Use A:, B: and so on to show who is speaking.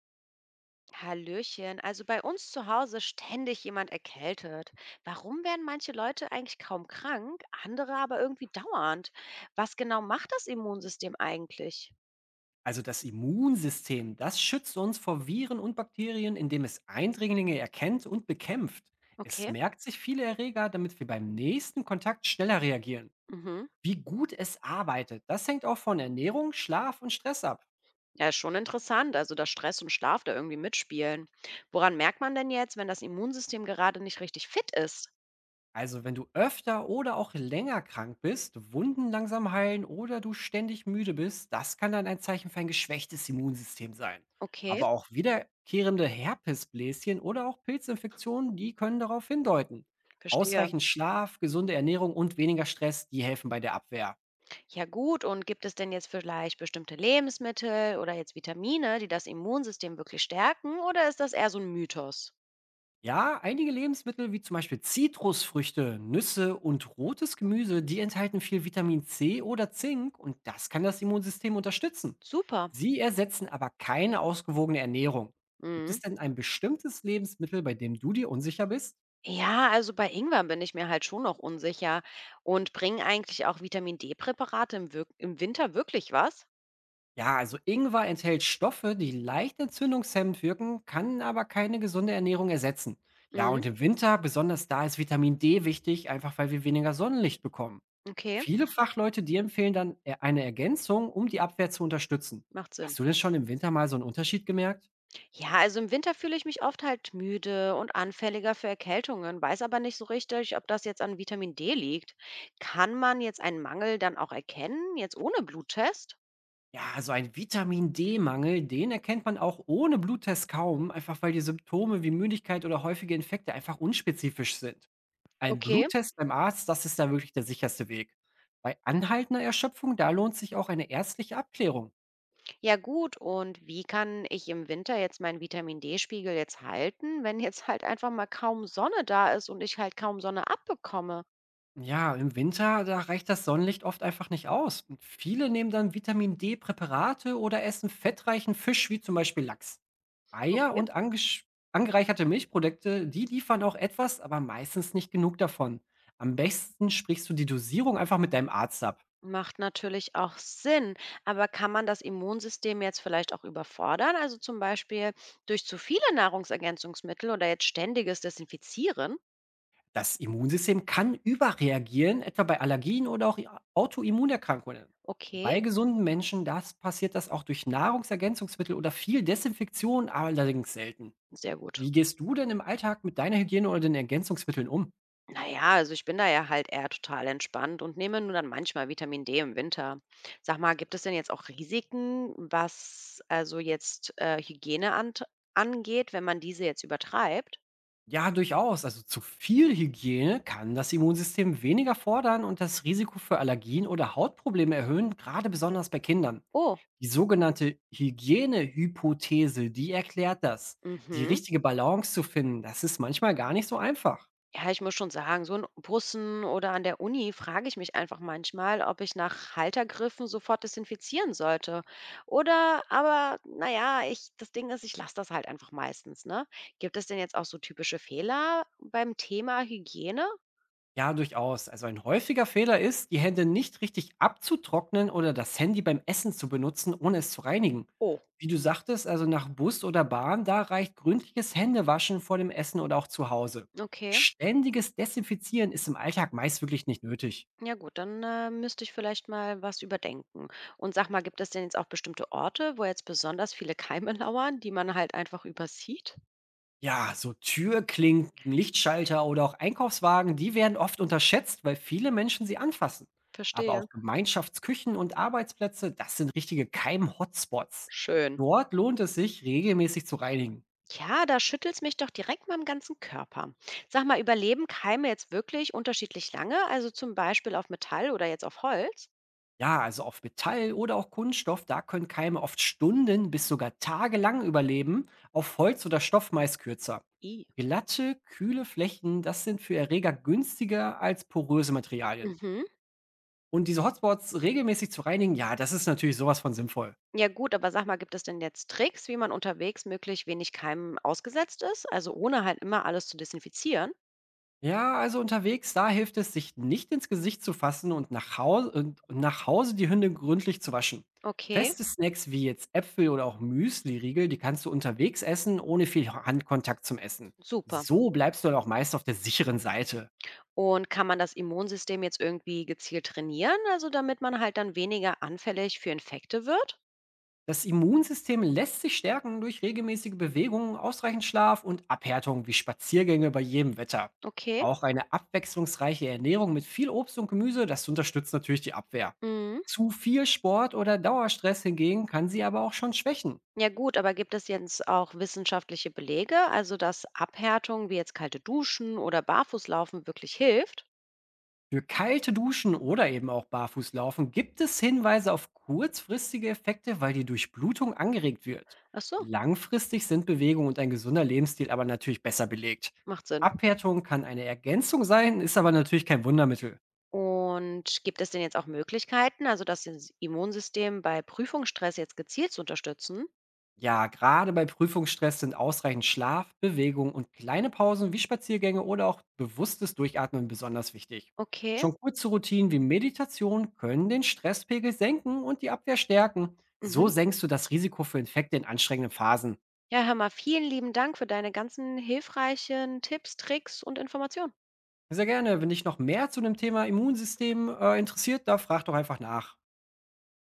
A: Hallöchen, also bei uns zu Hause ständig jemand erkältet. Warum werden manche Leute eigentlich kaum krank, andere aber irgendwie dauernd? Was genau macht das Immunsystem eigentlich?
B: Also das Immunsystem, das schützt uns vor Viren und Bakterien, indem es Eindringlinge erkennt und bekämpft. Es
A: Okay.
B: merkt sich viele Erreger, damit wir beim nächsten Kontakt schneller reagieren.
A: Mhm.
B: Wie gut es arbeitet, das hängt auch von Ernährung, Schlaf und Stress ab.
A: Ja, ist schon interessant, also dass Stress und Schlaf da irgendwie mitspielen. Woran merkt man denn jetzt, wenn das Immunsystem gerade nicht richtig fit ist?
B: Also wenn du öfter oder auch länger krank bist, Wunden langsam heilen oder du ständig müde bist, das kann dann ein Zeichen für ein geschwächtes Immunsystem sein.
A: Okay,
B: Aber auch wiederkehrende Herpesbläschen oder auch Pilzinfektionen, die können darauf hindeuten.
A: verstehe.
B: Ausreichend Schlaf, gesunde Ernährung und weniger Stress, die helfen bei der Abwehr.
A: Ja gut, und gibt es denn jetzt vielleicht bestimmte Lebensmittel oder jetzt Vitamine, die das Immunsystem wirklich stärken, oder ist das eher so ein Mythos?
B: Ja, einige Lebensmittel wie zum Beispiel Zitrusfrüchte, Nüsse und rotes Gemüse, die enthalten viel Vitamin C oder Zink und das kann das Immunsystem unterstützen.
A: Super.
B: Sie ersetzen aber keine ausgewogene Ernährung. Gibt es
A: Mhm.
B: denn ein bestimmtes Lebensmittel, bei dem du dir unsicher bist?
A: Ja, also bei Ingwer bin ich mir halt schon noch unsicher. Und bringen eigentlich auch Vitamin D-Präparate im Winter wirklich was?
B: Ja, also Ingwer enthält Stoffe, die leicht entzündungshemmend wirken, kann aber keine gesunde Ernährung ersetzen. Ja,
A: Mhm.
B: und im Winter, besonders da ist Vitamin D wichtig, einfach weil wir weniger Sonnenlicht bekommen.
A: Okay,
B: Viele Fachleute, die empfehlen dann eine Ergänzung, um die Abwehr zu unterstützen.
A: macht Sinn.
B: Hast du denn schon im Winter mal so einen Unterschied gemerkt?
A: Ja, also im Winter fühle ich mich oft halt müde und anfälliger für Erkältungen, weiß aber nicht so richtig, ob das jetzt an Vitamin D liegt. Kann man jetzt einen Mangel dann auch erkennen, jetzt ohne Bluttest?
B: Ja, also ein Vitamin D-Mangel, den erkennt man auch ohne Bluttest kaum, einfach weil die Symptome wie Müdigkeit oder häufige Infekte einfach unspezifisch sind. Ein
A: Okay.
B: Bluttest beim Arzt, das ist da wirklich der sicherste Weg. Bei anhaltender Erschöpfung, da lohnt sich auch eine ärztliche Abklärung.
A: Ja gut, und wie kann ich im Winter jetzt meinen Vitamin-D-Spiegel jetzt halten, wenn jetzt halt einfach mal kaum Sonne da ist und ich halt kaum Sonne abbekomme?
B: Ja, im Winter, da reicht das Sonnenlicht oft einfach nicht aus. Und viele nehmen dann Vitamin D-Präparate oder essen fettreichen Fisch wie zum Beispiel Lachs. Eier
A: Okay.
B: und angereicherte Milchprodukte, die liefern auch etwas, aber meistens nicht genug davon. Am besten sprichst du die Dosierung einfach mit deinem Arzt ab.
A: Macht natürlich auch Sinn, aber kann man das Immunsystem jetzt vielleicht auch überfordern? Also zum Beispiel durch zu viele Nahrungsergänzungsmittel oder jetzt ständiges Desinfizieren?
B: Das Immunsystem kann überreagieren, etwa bei Allergien oder auch Autoimmunerkrankungen.
A: Okay,
B: Bei gesunden Menschen das passiert das auch durch Nahrungsergänzungsmittel oder viel Desinfektion, allerdings selten.
A: sehr gut.
B: Wie gehst du denn im Alltag mit deiner Hygiene oder den Ergänzungsmitteln um?
A: Na ja, also ich bin da ja halt eher total entspannt und nehme nur dann manchmal Vitamin D im Winter. Sag mal, gibt es denn jetzt auch Risiken, was also jetzt, Hygiene ant angeht, wenn man diese jetzt übertreibt?
B: Ja, durchaus. Also zu viel Hygiene kann das Immunsystem weniger fordern und das Risiko für Allergien oder Hautprobleme erhöhen, gerade besonders bei Kindern.
A: Oh,
B: Die sogenannte Hygienehypothese, die erklärt das. Die
A: mhm.
B: richtige Balance zu finden, das ist manchmal gar nicht so einfach.
A: Ja, ich muss schon sagen, so in Bussen oder an der Uni frage ich mich einfach manchmal, ob ich nach Haltergriffen sofort desinfizieren sollte. Oder aber, na ja, ich das Ding ist, ich lasse das halt einfach meistens, ne? Gibt es denn jetzt auch so typische Fehler beim Thema Hygiene?
B: Ja, durchaus. Also ein häufiger Fehler ist, die Hände nicht richtig abzutrocknen oder das Handy beim Essen zu benutzen, ohne es zu reinigen.
A: Oh,
B: Wie du sagtest, also nach Bus oder Bahn, da reicht gründliches Händewaschen vor dem Essen oder auch zu Hause.
A: okay.
B: Ständiges Desinfizieren ist im Alltag meist wirklich nicht nötig.
A: Ja gut, dann, müsste ich vielleicht mal was überdenken. Und sag mal, gibt es denn jetzt auch bestimmte Orte, wo jetzt besonders viele Keime lauern, die man halt einfach übersieht?
B: Ja, so Türklinken, Lichtschalter oder auch Einkaufswagen, die werden oft unterschätzt, weil viele Menschen sie anfassen. Aber
A: Verstehe.
B: auch Gemeinschaftsküchen und Arbeitsplätze, das sind richtige Keim-Hotspots.
A: Schön.
B: Dort lohnt es sich, regelmäßig zu reinigen.
A: Ja, da schüttelt's mich doch direkt mal im ganzen Körper. Sag mal, überleben Keime jetzt wirklich unterschiedlich lange? Also zum Beispiel auf Metall oder jetzt auf Holz?
B: Ja, also auf Metall oder auch Kunststoff, da können Keime oft Stunden bis sogar tagelang überleben, auf Holz oder Stoff meist kürzer.
A: I.
B: Glatte, kühle Flächen, das sind für Erreger günstiger als poröse Materialien.
A: Mhm.
B: Und diese Hotspots regelmäßig zu reinigen, ja, das ist natürlich sowas von sinnvoll.
A: Ja gut, aber sag mal, gibt es denn jetzt Tricks, wie man unterwegs möglichst wenig Keimen ausgesetzt ist? Also ohne halt immer alles zu desinfizieren?
B: Ja, also unterwegs, da hilft es, sich nicht ins Gesicht zu fassen und nach Hause die Hündin gründlich zu waschen.
A: Okay,
B: Feste Snacks wie jetzt Äpfel oder auch Müsli-Riegel, die kannst du unterwegs essen, ohne viel Handkontakt zum Essen.
A: super.
B: So bleibst du dann auch meist auf der sicheren Seite.
A: Und kann man das Immunsystem jetzt irgendwie gezielt trainieren, also damit man halt dann weniger anfällig für Infekte wird?
B: Das Immunsystem lässt sich stärken durch regelmäßige Bewegungen, ausreichend Schlaf und Abhärtung wie Spaziergänge bei jedem Wetter.
A: Okay.
B: Auch eine abwechslungsreiche Ernährung mit viel Obst und Gemüse, das unterstützt natürlich die Abwehr.
A: Mhm.
B: Zu viel Sport oder Dauerstress hingegen kann sie aber auch schon schwächen.
A: Ja gut, aber gibt es jetzt auch wissenschaftliche Belege, also dass Abhärtung wie jetzt kalte Duschen oder Barfußlaufen wirklich hilft?
B: Für kalte Duschen oder eben auch Barfußlaufen gibt es Hinweise auf kurzfristige Effekte, weil die Durchblutung angeregt wird.
A: Ach so,
B: Langfristig sind Bewegung und ein gesunder Lebensstil aber natürlich besser belegt.
A: macht Sinn.
B: Abhärtung kann eine Ergänzung sein, ist aber natürlich kein Wundermittel.
A: Und gibt es denn jetzt auch Möglichkeiten, also das Immunsystem bei Prüfungsstress jetzt gezielt zu unterstützen?
B: Ja, gerade bei Prüfungsstress sind ausreichend Schlaf, Bewegung und kleine Pausen wie Spaziergänge oder auch bewusstes Durchatmen besonders wichtig.
A: Okay.
B: Schon kurze Routinen wie Meditation können den Stresspegel senken und die Abwehr stärken. So
A: Mhm.
B: senkst du das Risiko für Infekte in anstrengenden Phasen.
A: Ja, hör mal, vielen lieben Dank für deine ganzen hilfreichen Tipps, Tricks und Informationen.
B: Sehr gerne. Wenn dich noch mehr zu dem Thema Immunsystem interessiert, da frag doch einfach nach.